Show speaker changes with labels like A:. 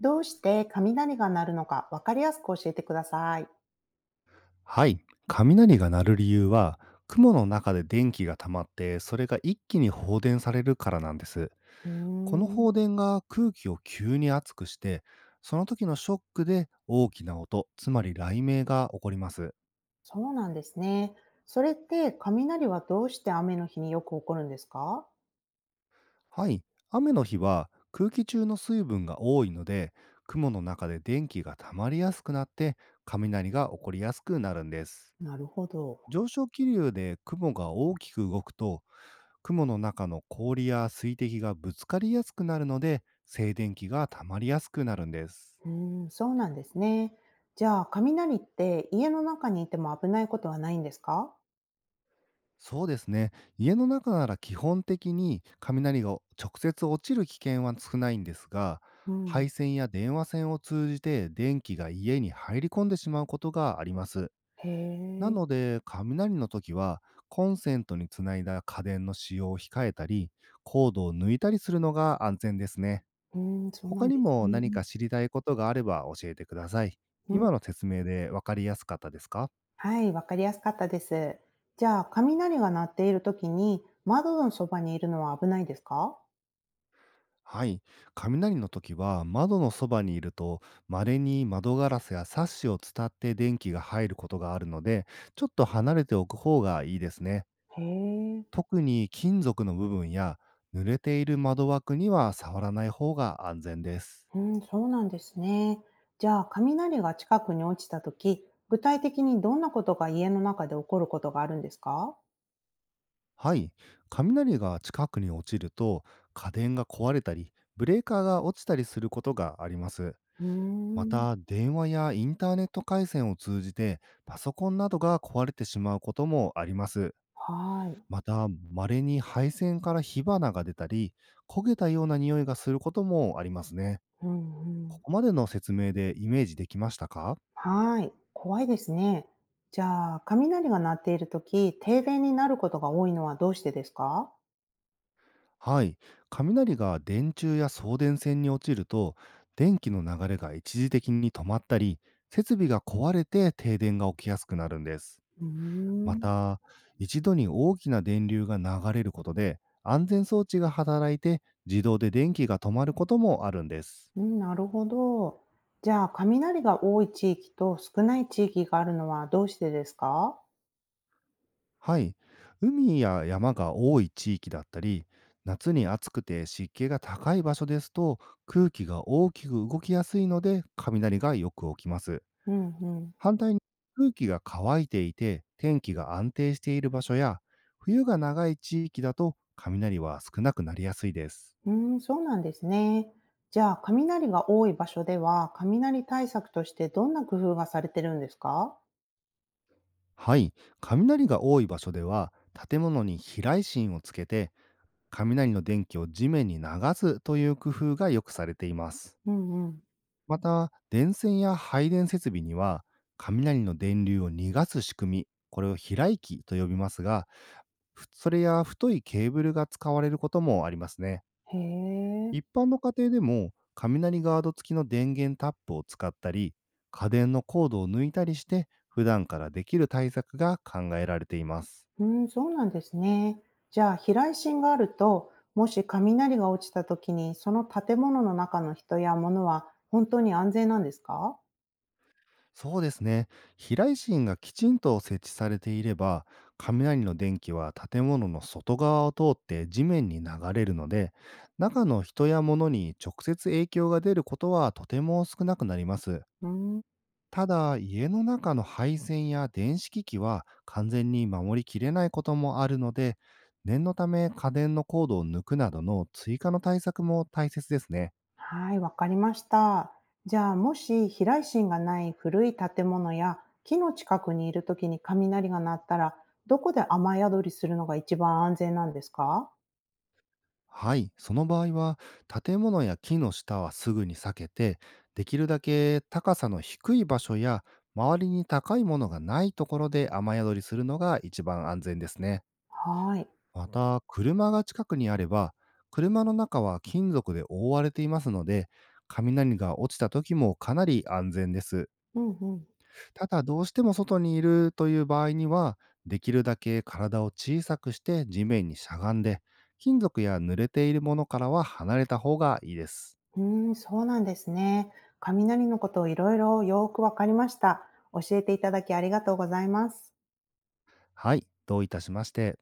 A: どうして雷が鳴るのか分かりやすく教えてください。
B: はい。雷が鳴る理由は、雲の中で電気が溜まって、それが一気に放電されるからなんです。
A: うー
B: この
A: ん、
B: 放電が空気を急に熱くして、その時のショックで大きな音、つまり雷鳴が起こります。
A: そうなんですね。それって雷はどうして雨の日によく起こるんですか？
B: はい。雨の日は空気中の水分が多いので、雲の中で電気が溜まりやすくなって、雷が起こりやすくなるんです。
A: なるほど。
B: 上昇気流で雲が大きく動くと、雲の中の氷や水滴がぶつかりやすくなるので静電気が溜まりやすくなるんです。
A: うーん、そうなんですね。じゃあ雷って家の中にいても危ないことはないんですか？
B: そうですね。家の中なら基本的に雷が直接落ちる危険は少ないんですが、
A: うん。
B: 配線や電話線を通じて電気が家に入り込んでしまうことがあります。
A: へ
B: な
A: え。
B: ので雷の時は、コンセントにつないだ家電の使用を控えたり、コードを抜いたりするのが安全ですね。
A: うん、そうな
B: 他
A: ん
B: に
A: です
B: も
A: ね。
B: 何か知りたいことがあれば教えてください。
A: うん、
B: 今の説明でわかりやすかったですか？
A: はい、分かりやすかったです。じゃあ雷が鳴っている時に窓のそばにいるのは危ないですか？
B: はい。雷の時は窓のそばにいると、稀に窓ガラスやサッシを伝って電気が入ることがあるので、ちょっと離れておく方がいいですね。
A: へえ。
B: 特に金属の部分や濡れている窓枠には触らない方が安全です。
A: うん、そうなんですね。じゃあ、雷が近くに落ちたとき、具体的にどんなことが家の中で起こることがあるんですか？
B: はい。雷が近くに落ちると、家電が壊れたり、ブレーカーが落ちたりすることがあります。
A: うー
B: ま
A: ん、
B: た、電話やインターネット回線を通じて、パソコンなどが壊れてしまうこともあります。
A: はい。
B: また、稀に配線から火花が出たり、焦げたような匂いがすることもありますね。
A: うんう
B: こ
A: ん、
B: こまでの説明でイメージできましたか？
A: はい。怖いですね。じゃあ、雷が鳴っているとき、停電になることが多いのはどうしてですか？
B: はい。雷が電柱や送電線に落ちると、電気の流れが一時的に止まったり、設備が壊れて停電が起きやすくなるんです。
A: うー
B: ま
A: ん、
B: た、一度に大きな電流が流れることで、安全装置が働いて自動で電気が止まることもあるんです。
A: うん、なるほど。じゃあ、雷が多い地域と少ない地域があるのはどうしてですか？
B: はい。海や山が多い地域だったり、夏に暑くて湿気が高い場所ですと、空気が大きく動きやすいので、雷がよく起きます。
A: うん。
B: 反対に空気が乾いていて、天気が安定している場所や、冬が長い地域だと、雷は少なくなりやすいです。
A: うーん、そうなんですね。じゃあ、雷が多い場所では、雷対策としてどんな工夫がされてるんですか？
B: はい、雷が多い場所では、建物に避雷針をつけて雷の電気を地面に流すという工夫がよくされています。
A: うんうん。
B: また、電線や配電設備には雷の電流を逃がす仕組み、これを避雷器と呼びますが、それや太いケーブルが使われることもありますね。
A: へえ。
B: 一般の家庭でも雷ガード付きの電源タップを使ったり、家電のコードを抜いたりして普段からできる対策が考えられています。
A: うん、そうなんですね。じゃあ、避雷針があると、もし雷が落ちた時に、その建物の中の人や物は本当に安全なんですか？
B: そうですね。避雷針がきちんと設置されていれば、雷の電気は建物の外側を通って地面に流れるので、中の人や物に直接影響が出ることはとても少なくなります。
A: うーん。
B: ただ、家の中の配線や電子機器は完全に守りきれないこともあるので、念のため家電のコードを抜くなどの追加の対策も大切ですね。
A: はい、わかりました。じゃあ、もし避雷針がない古い建物や木の近くにいるときに雷が鳴ったら、どこで雨宿りするのが一番安全なんですか？
B: はい、その場合は建物や木の下はすぐに避けて、できるだけ高さの低い場所や周りに高いものがないところで雨宿りするのが一番安全ですね。
A: はい。
B: まうんた車が近くにあれば、車の中は金属で覆われていますので、雷が落ちた時もかなり安全です。
A: うんうん。
B: ただ、どうしても外にいるという場合には、できるだけ体を小さくして地面にしゃがんで、金属や濡れているものからは離れた方がいいです。
A: うーん、そうなんですね。雷のことをいろいろよーくわかりました。教えていただきありがとうございます。
B: はい、どういたしまして。